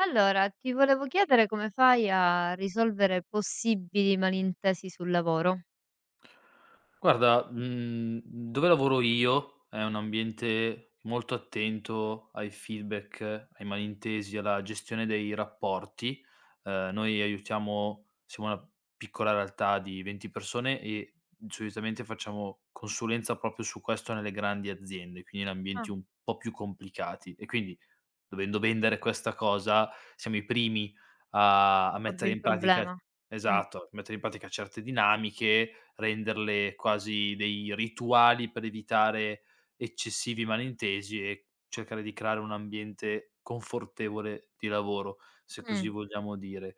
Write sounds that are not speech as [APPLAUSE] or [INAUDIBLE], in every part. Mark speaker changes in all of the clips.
Speaker 1: Allora, ti volevo chiedere come fai a risolvere possibili malintesi sul lavoro.
Speaker 2: Guarda, dove lavoro io è un ambiente molto attento ai feedback, ai malintesi, alla gestione dei rapporti. Noi aiutiamo siamo una piccola realtà di 20 persone e solitamente facciamo consulenza proprio su questo nelle grandi aziende, quindi in ambienti
Speaker 1: Ah.
Speaker 2: un po' più complicati, e quindi, dovendo vendere questa cosa, siamo i primi a
Speaker 1: Porvi
Speaker 2: mettere
Speaker 1: il
Speaker 2: in pratica,
Speaker 1: problema. Mh.
Speaker 2: esatto, mettere in pratica certe dinamiche, renderle quasi dei rituali per evitare eccessivi malintesi e cercare di creare un ambiente confortevole di lavoro, se così
Speaker 1: Mh.
Speaker 2: vogliamo dire.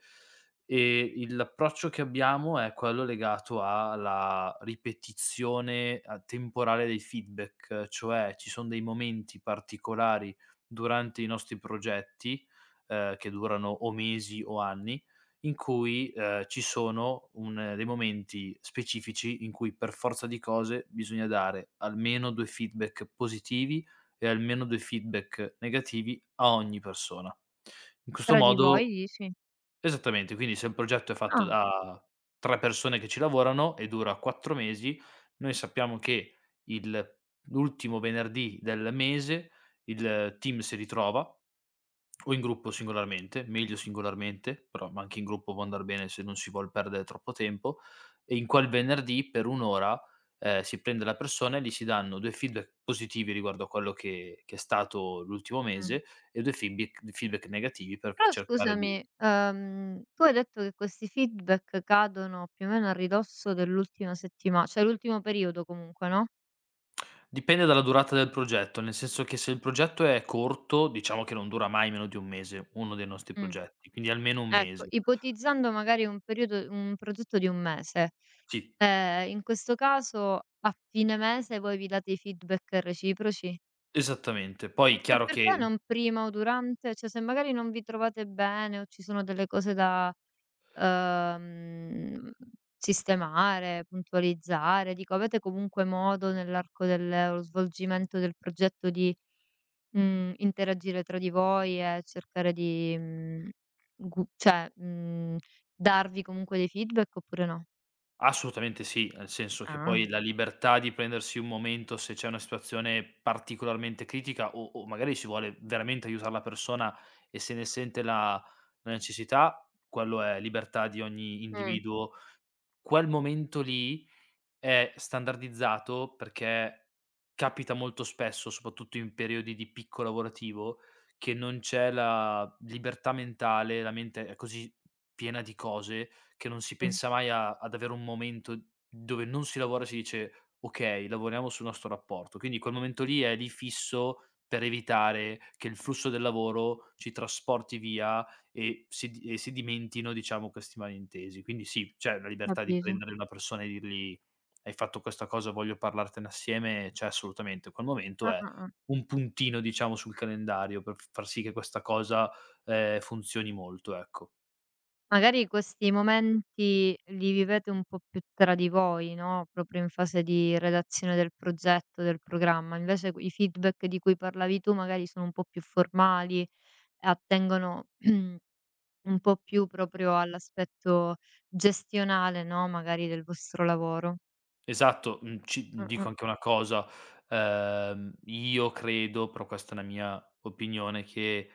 Speaker 2: E il l'approccio che abbiamo è quello legato alla ripetizione a temporale dei feedback, cioè ci son dei momenti particolari durante i nostri progetti, che durano o mesi o anni, in cui, ci sono un dei momenti specifici in cui per forza di cose bisogna dare almeno 2 feedback positivi e almeno 2 feedback negativi a ogni persona. In questo
Speaker 1: Tra di voi
Speaker 2: modo...
Speaker 1: dici?
Speaker 2: Esattamente, quindi se un progetto è fatto
Speaker 1: Ah.
Speaker 2: da 3 persone che ci lavorano e dura 4 mesi, noi sappiamo che il l'ultimo venerdì del mese il team si ritrova, o in gruppo singolarmente, meglio singolarmente, però ma anche in gruppo può andar bene se non si vuol perdere troppo tempo, e in quel venerdì per 1 ora, si prende la persona e gli si danno 2 feedback positivi riguardo a quello che è stato l'ultimo
Speaker 1: Mh.
Speaker 2: mese e 2 feedbic feedback negativi per
Speaker 1: Però
Speaker 2: cercare di...
Speaker 1: scusami, tu hai detto che questi feedback cadono più o meno a ridosso dell'ultima settima cioè l'ultimo periodo comunque, no?
Speaker 2: Dipende dalla durata del progetto, nel senso che se il progetto è corto, diciamo che non dura mai meno di 1 mese, uno dei nostri
Speaker 1: Mh.
Speaker 2: progetti, quindi almeno 1
Speaker 1: Ecco,
Speaker 2: mese.
Speaker 1: ipotizzando magari un progetto di un mese,
Speaker 2: Sì,
Speaker 1: in questo caso a fine mese voi vi date i feedback reciproci?
Speaker 2: esattamente. Poi è
Speaker 1: E
Speaker 2: chiaro
Speaker 1: perché
Speaker 2: che...
Speaker 1: non prima o durante? Cioè, se magari non vi trovate bene o ci sono delle cose da, uhm, sistemare, puntualizzare, dico avete comunque modo nell'arco dello svolgimento del progetto di, interagire tra di voi e cercare di, mhmm, gu cioè, mhmm, darvi comunque dei feedback oppure no?
Speaker 2: Assolutamente sì, nel senso che
Speaker 1: Ah.
Speaker 2: poi la libertà di prendersi un momento se c'è una situazione particolarmente critica o magari si vuole veramente aiutar la persona e se ne sente la necessità, quello è libertà di ogni
Speaker 1: Mh,
Speaker 2: individuo. Quel momento lì è standardizzato perché capita molto spesso, soprattutto in periodi di picco lavorativo, che non c'è la libertà mentale, la mente è così piena di cose che non si
Speaker 1: mh,
Speaker 2: pensa mai a ad avere un momento dove non si lavora e si dice: "Okay, lavoriamo sul nostro rapporto". Quindi quel momento lì è lì fisso per evitare che il flusso del lavoro ci trasporti via e si di e si dimentino, diciamo, questi malintesi. Quindi sì, c'è la libertà di
Speaker 1: capito.
Speaker 2: prendere una persona e dirgli: hai fatto questa cosa, voglio parlartene assieme, cioè, assolutamente. Quel momento
Speaker 1: Ah,
Speaker 2: è
Speaker 1: ah, ah.
Speaker 2: un puntino, diciamo, sul calendario per f far sì che questa cosa, funzioni molto, ecco.
Speaker 1: Magari questi momenti li vivete un po' più tra di voi, no, proprio in fase di redazione del progetto, del programma. Invece i feedback di cui parlavi tu magari sono un po' più formali e attengono [CLEARS THROAT] un po' più proprio all'aspetto gestionale, no, magari del vostro lavoro.
Speaker 2: Esatto, ci dico
Speaker 1: Mh-mh.
Speaker 2: anche una cosa, io credo, però questa è la mia opinione, che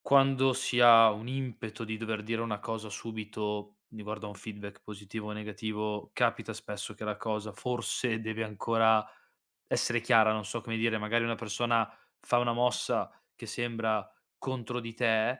Speaker 2: quando si ha un impeto di dover dire una cosa subito riguardo a un feedback positivo o negativo, capita spesso che la cosa forse deve ancora essere chiara, non so come dire, magari una persona fa una mossa che sembra contro di te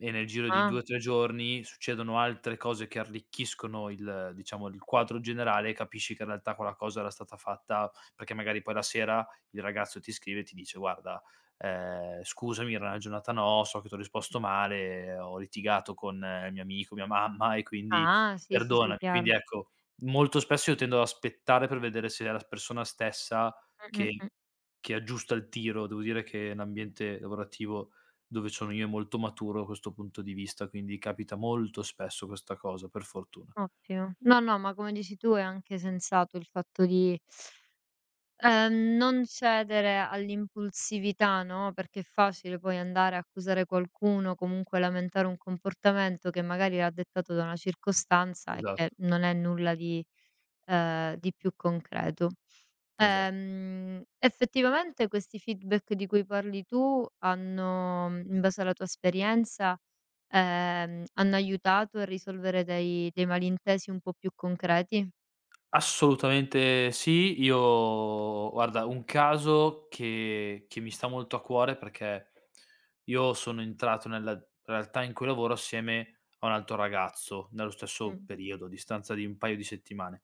Speaker 2: e nel giro di
Speaker 1: Ah,
Speaker 2: 2 o 3 giorni succedono altre cose che arricchiscono il diciamo, il quadro generale, e capisci che in realtà quella cosa era stata fatta perché magari poi la sera il ragazzo ti scrive e ti dice: "Guarda, scusami, era una giornata no, so che t'ho risposto male, ho litigato con il mio amico, mia mamma e quindi
Speaker 1: ah, sì, sì, sì,
Speaker 2: perdonami". Quindi
Speaker 1: chiaro.
Speaker 2: ecco, molto spesso io tendo ad aspettare per vedere se è la persona stessa
Speaker 1: Mh-mh.
Speaker 2: che che aggiusta il tiro. Devo dire che l'ambiente lavorativo dove sono io è molto maturo da questo punto di vista, quindi capita molto spesso questa cosa, per fortuna.
Speaker 1: Ottimo. No, no, ma come dici tu è anche sensato il fatto di non cedere all'impulsività, no, perché è facile poi andare a accusare qualcuno, comunque lamentare un comportamento che magari era dettato da una circostanza e che
Speaker 2: Esatto,
Speaker 1: non è nulla di più concreto.
Speaker 2: esa
Speaker 1: Effettivamente questi feedback di cui parli tu hanno in base alla tua esperienza, hanno aiutato a risolvere dei malintesi un po' più concreti?
Speaker 2: assolutamente sì. Io guarda, un caso che mi sta molto a cuore, perché io sono entrato nella realtà in cui lavoro assieme a un altro ragazzo, nello stesso
Speaker 1: Mh,
Speaker 2: periodo, a distanza di un paio di settimane.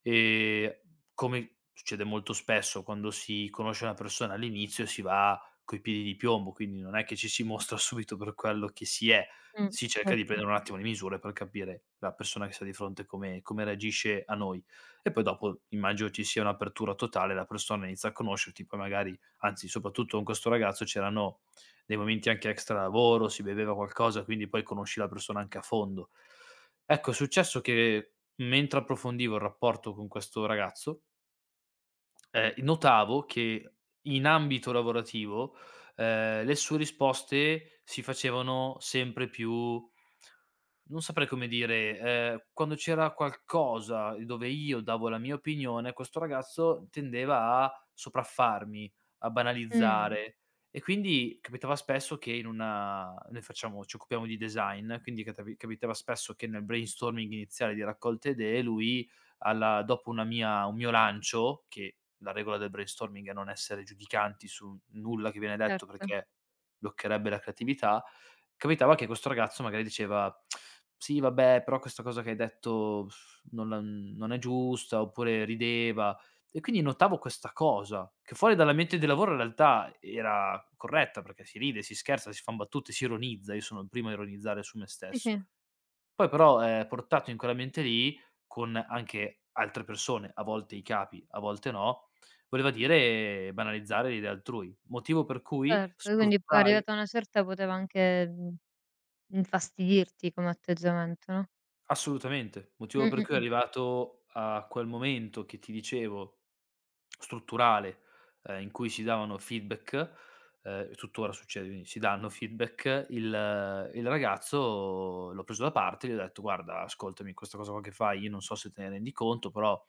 Speaker 2: E come succede molto spesso quando si conosce una persona all'inizio, si va coi piedi di piombo, quindi non è che ci si [LAUGHS] mostra subito per quello che si è.
Speaker 1: mh,
Speaker 2: Si cerca di
Speaker 1: certo.
Speaker 2: prendere un attimo le misure per capire la persona che sta di fronte come reagisce a noi. E poi dopo immagino ci sia un'apertura totale, la persona inizia a conoscerti, poi magari, anzi soprattutto con questo ragazzo c'erano dei momenti anche extra lavoro, si beveva qualcosa, quindi poi conosci la persona anche a fondo. Ecco, è successo che mentre approfondivo il rapporto con questo ragazzo, notavo che in ambito lavorativo, le sue risposte si facevano sempre più, non saprei come dire, quando c'era qualcosa dove io davo la mia opinione, questo ragazzo tendeva a sopraffarmi, a
Speaker 1: Mh,
Speaker 2: banalizzare, e quindi capitava spesso che in una noi facciamo ci occupiamo di design, quindi catavi capitava spesso che nel brainstorming iniziale di raccolte idee lui, alla dopo una mia un mio lancio, che la regola del brainstorming è non essere giudicanti su nulla che viene detto
Speaker 1: certo.
Speaker 2: perché bloccherebbe la creatività, capitava che questo ragazzo magari diceva: "Sì, vabbè, però questa cosa che hai detto, pff, non è giusta", oppure rideva. E quindi notavo questa cosa, che fuori dall'ambiente di lavoro in realtà era corretta, perché si ride, si scherza, si fan battute, si ironizza, io sono il primo a ironizzare su me
Speaker 1: Sì,
Speaker 2: stesso.
Speaker 1: sì.
Speaker 2: Poi però, portato in quell'ambiente lì, con anche altre persone, a volte i capi, a volte no, voleva dire banalizzare le idee altrui, motivo per cui
Speaker 1: Certo, quindi
Speaker 2: sfruttai...
Speaker 1: arrivata a una certa poteva anche, infastidirti come atteggiamento, no?
Speaker 2: Assolutamente,
Speaker 1: Mh,
Speaker 2: motivo per
Speaker 1: mh,
Speaker 2: cui è
Speaker 1: mh,
Speaker 2: arrivato a quel momento che ti dicevo, strutturale, in cui si davano feedback, tuttora succede, quindi si danno feedback, il ragazzo l'ho preso da parte, e gli ho detto: "Guarda, ascoltami, questa cosa qua che fai io non so se te ne rendi conto, però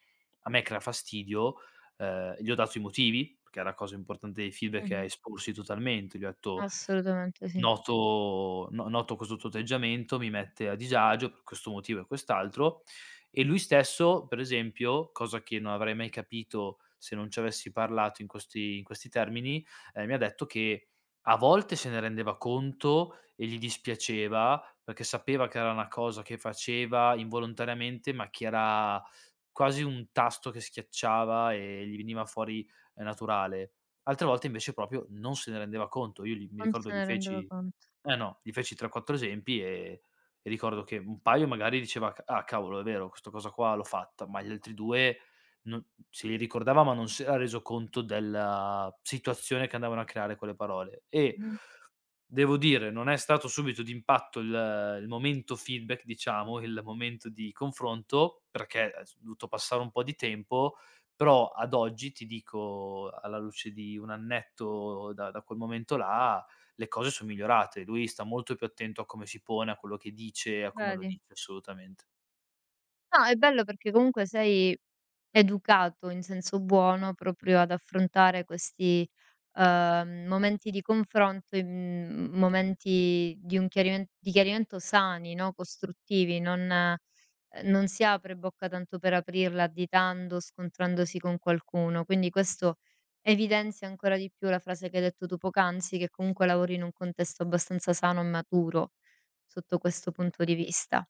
Speaker 2: a me crea fastidio", gli ho dato i motivi, perché è la cosa importante dei feedback è
Speaker 1: mh.
Speaker 2: esporsi totalmente, gli ho detto:
Speaker 1: Assolutamente sì.
Speaker 2: Noto no noto questo tuo atteggiamento, mi mette a disagio per questo motivo e quest'altro. E lui stesso, per esempio, cosa che non avrei mai capito se non ci avessi parlato in questi termini, mi ha detto che a volte se ne rendeva conto e gli dispiaceva, perché sapeva che era una cosa che faceva involontariamente, ma che era quasi un tasto che schiacciava e gli veniva fuori, naturale. Altre volte invece proprio non se ne rendeva conto. Io gli Mi
Speaker 1: Non se
Speaker 2: ricordo, gli
Speaker 1: ne rendeva
Speaker 2: feci,
Speaker 1: conto.
Speaker 2: eh no, gli feci 3, 4 esempi, e ricordo che un paio magari diceva: "C Ah, cavolo, è vero, questa cosa qua l'ho fatta", ma gli altri 2 non se li ricordava, ma non si era reso conto della situazione che andavano a creare quelle parole. E...
Speaker 1: Mh,
Speaker 2: Devo dire, non è stato subito d'impatto il momento feedback, diciamo, il momento di confronto, perché è s dovuto passare un po' di tempo, però ad oggi ti dico, alla luce di 1 annetto da quel momento là, le cose son migliorate. Lui sta molto più attento a come si pone, a quello che dice, a come lo
Speaker 1: vedi.
Speaker 2: dice, assolutamente.
Speaker 1: No, è bello perché comunque sei educato in senso buono proprio ad affrontare questi, momenti di confronto in momenti di un chiarimen di chiarimento sani, no, costruttivi, non non si apre bocca tanto per aprirla additando, scontrandosi con qualcuno. Quindi questo evidenzia ancora di più la frase che hai detto tu poc'anzi, che comunque lavori in un contesto abbastanza sano e maturo sotto questo punto di vista.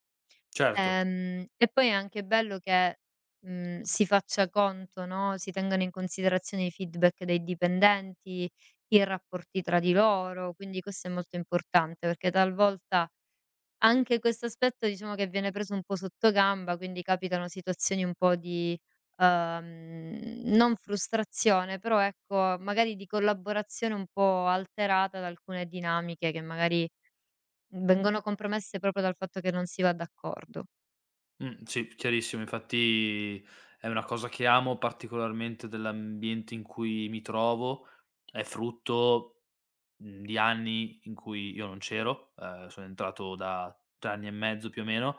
Speaker 2: Certo,
Speaker 1: E poi è anche bello che, si faccia conto, no, si tengano in considerazione i feedback dei dipendenti, i rapporti tra di loro, quindi questo è molto importante perché talvolta anche questo aspetto diciamo che viene preso un po' sottogamba, quindi capitano situazioni un po' di, non frustrazione, però ecco, magari di collaborazione un po' alterata da alcune dinamiche che magari vengono compromesse proprio dal fatto che non si va d'accordo.
Speaker 2: sì, chiarissimo. Infatti è una cosa che amo particolarmente dell'ambiente in cui mi trovo, è frutto, di anni in cui io non c'ero, sono entrato da 3 anni e mezzo più o meno,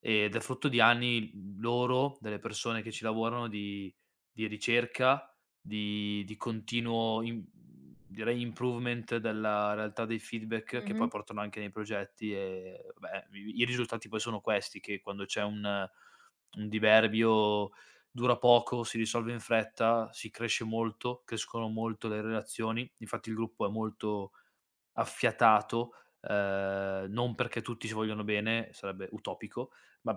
Speaker 2: ed è frutto di anni loro, delle persone che ci lavorano, di ricerca, di continuo, im direi improvement della realtà dei feedback che poi
Speaker 1: Mh-mh.
Speaker 2: portano anche nei progetti, e vabbè, i risultati poi sono questi, che quando c'è un diverbio dura poco, si risolve in fretta, si cresce molto, crescono molto le relazioni. Infatti il gruppo è molto affiatato, non perché tutti si vogliono bene, sarebbe utopico, ma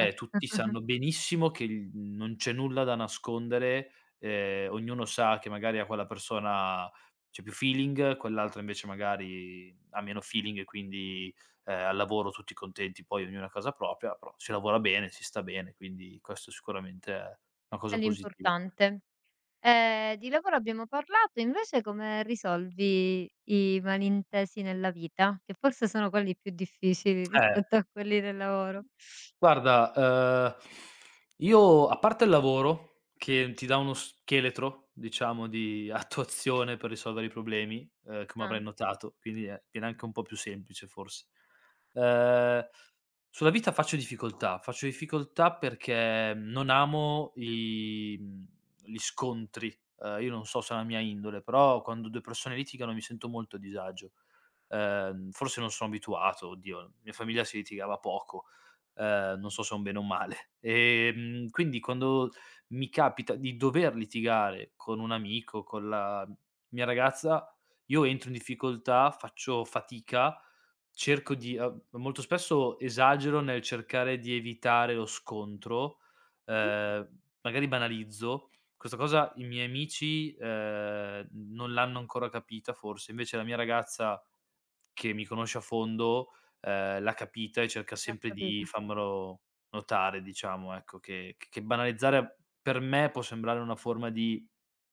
Speaker 1: Eh.
Speaker 2: tutti
Speaker 1: [LAUGHS]
Speaker 2: sanno benissimo che il non c'è nulla da nascondere, ognuno sa che magari a quella persona c'è più feeling, quell'altra invece magari ha meno feeling e quindi, al lavoro tutti contenti, poi ognuno a casa propria, però si lavora bene, si sta bene, quindi questo sicuramente è una
Speaker 1: È
Speaker 2: cosa positiva.
Speaker 1: l'importante. Di lavoro abbiamo parlato, invece come risolvi i malintesi nella vita? Che forse sono quelli più difficili
Speaker 2: Eh.
Speaker 1: rispetto a quelli del lavoro.
Speaker 2: Guarda, io a parte il lavoro che ti dà uno scheletro, diciamo, di [LAUGHS] attuazione per risolvere i problemi, come
Speaker 1: Ah,
Speaker 2: avrai notato, quindi, viene anche un po' più semplice forse. Uhm, sulla vita faccio difficoltà perché non amo gli scontri. Io non so se è una mia indole, però quando 2 persone litigano mi sento molto a disagio. Forse non sono abituato, oddio, mia famiglia si litigava poco, non so se è un bene o un male. Quindi quando mi capita di dover litigare con un amico, con la mia ragazza, io entro in difficoltà, faccio fatica, cerco di molto spesso esagero nel cercare di evitare lo scontro,
Speaker 1: mh-mh,
Speaker 2: ehm, magari banalizzo. Questa cosa i miei amici, non l'hanno ancora capita forse, invece la mia ragazza che mi conosce a fondo, l'ha capita e cerca
Speaker 1: ho
Speaker 2: sempre di
Speaker 1: capito.
Speaker 2: farmelo notare, diciamo, ecco, che banalizzare per me può sembrare una forma di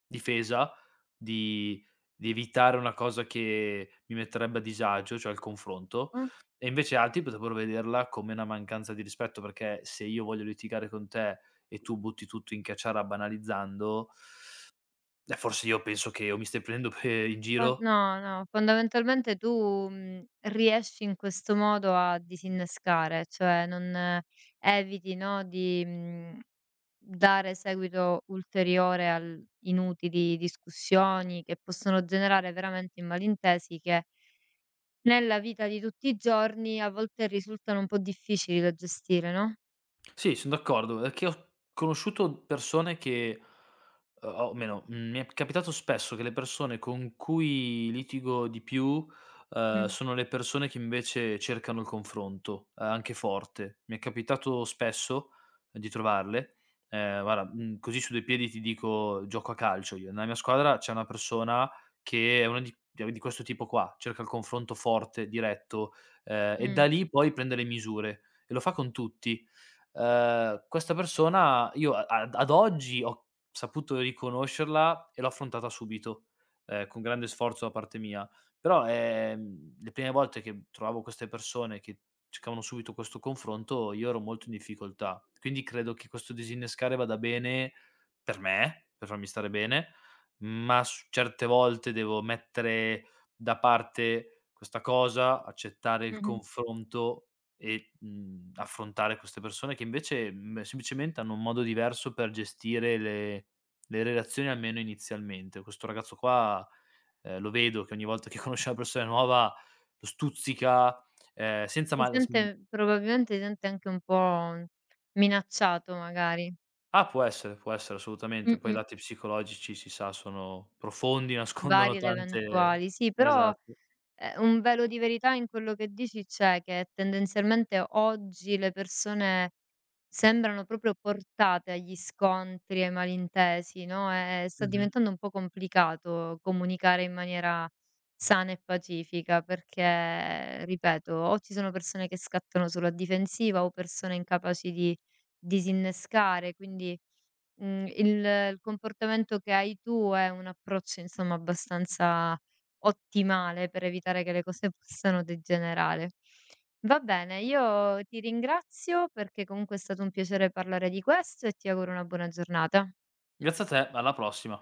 Speaker 2: difesa, di evitare una cosa che mi metterebbe a disagio, cioè il confronto,
Speaker 1: Mh,
Speaker 2: e invece altri potrebbero vederla come una mancanza di rispetto, perché se io voglio litigare con te e tu butti tutto in caciara banalizzando, forse io penso che o mi stai prendendo pe in
Speaker 1: fon
Speaker 2: giro...
Speaker 1: no, no, fondamentalmente tu, riesci in questo modo a disinnescare, cioè non eviti, no, di, dare seguito ulteriore al inutili discussioni che possono generare veramente i malintesi che nella vita di tutti i giorni a volte risultano un po' difficili da gestire, no?
Speaker 2: Sì, son d'accordo, perché ho conosciuto persone che o almeno, mi è capitato spesso che le persone con cui litigo di più,
Speaker 1: Mh,
Speaker 2: sono le persone che invece cercano il confronto, anche forte. Mi è capitato spesso di trovarle. Guarda, così su due piedi ti dico, gioco a calcio io. Nella mia squadra c'è una persona che è una di questo tipo qua, cerca il confronto forte, diretto, e da
Speaker 1: mh,
Speaker 2: lì poi prende le misure e lo fa con tutti. Questa persona io a ad ad oggi ho saputo riconoscerla e l'ho affrontata subito, con grande sforzo da parte mia. Però, le prime volte che trovavo queste persone che cercavano subito questo confronto, io ero molto in difficoltà. Quindi credo che questo disinnescare vada bene per me, per farmi stare bene, ma s certe volte devo mettere da parte questa cosa, accettare il
Speaker 1: mh-mh.
Speaker 2: confronto e, affrontare queste persone che invece, semplicemente hanno un modo diverso per gestire le relazioni, almeno inizialmente. Questo ragazzo qua, lo vedo che ogni volta che [LAUGHS] conosce una persona nuova lo stuzzica. ehm, senza
Speaker 1: Si
Speaker 2: mal s mhmm
Speaker 1: sente probabilmente si sente anche un po' minacciato magari.
Speaker 2: ah, può essere assolutamente. Poi i
Speaker 1: Mh-mh.
Speaker 2: lati psicologici, si sa, sono profondi, [LAUGHS] nascondono
Speaker 1: Vari ed
Speaker 2: tante...
Speaker 1: eventuali. Sì, però
Speaker 2: Esatto.
Speaker 1: Un velo di verità in quello che dici c'è, che tendenzialmente oggi le persone sembrano proprio portate agli scontri, ai malintesi, no, e sta
Speaker 2: Mh-mh.
Speaker 1: diventando un po' complicato comunicare in maniera sana e pacifica perché, ripeto, o ci sono persone che scattano sulla difensiva o persone incapaci di disinnescare, quindi, mhmm, il il comportamento che hai tu è un approccio insomma abbastanza ottimale per evitare che le cose possano degenerare. Va bene, io ti ringrazio perché comunque è stato un piacere parlare di questo e ti auguro una buona giornata.
Speaker 2: Grazie a te, alla prossima.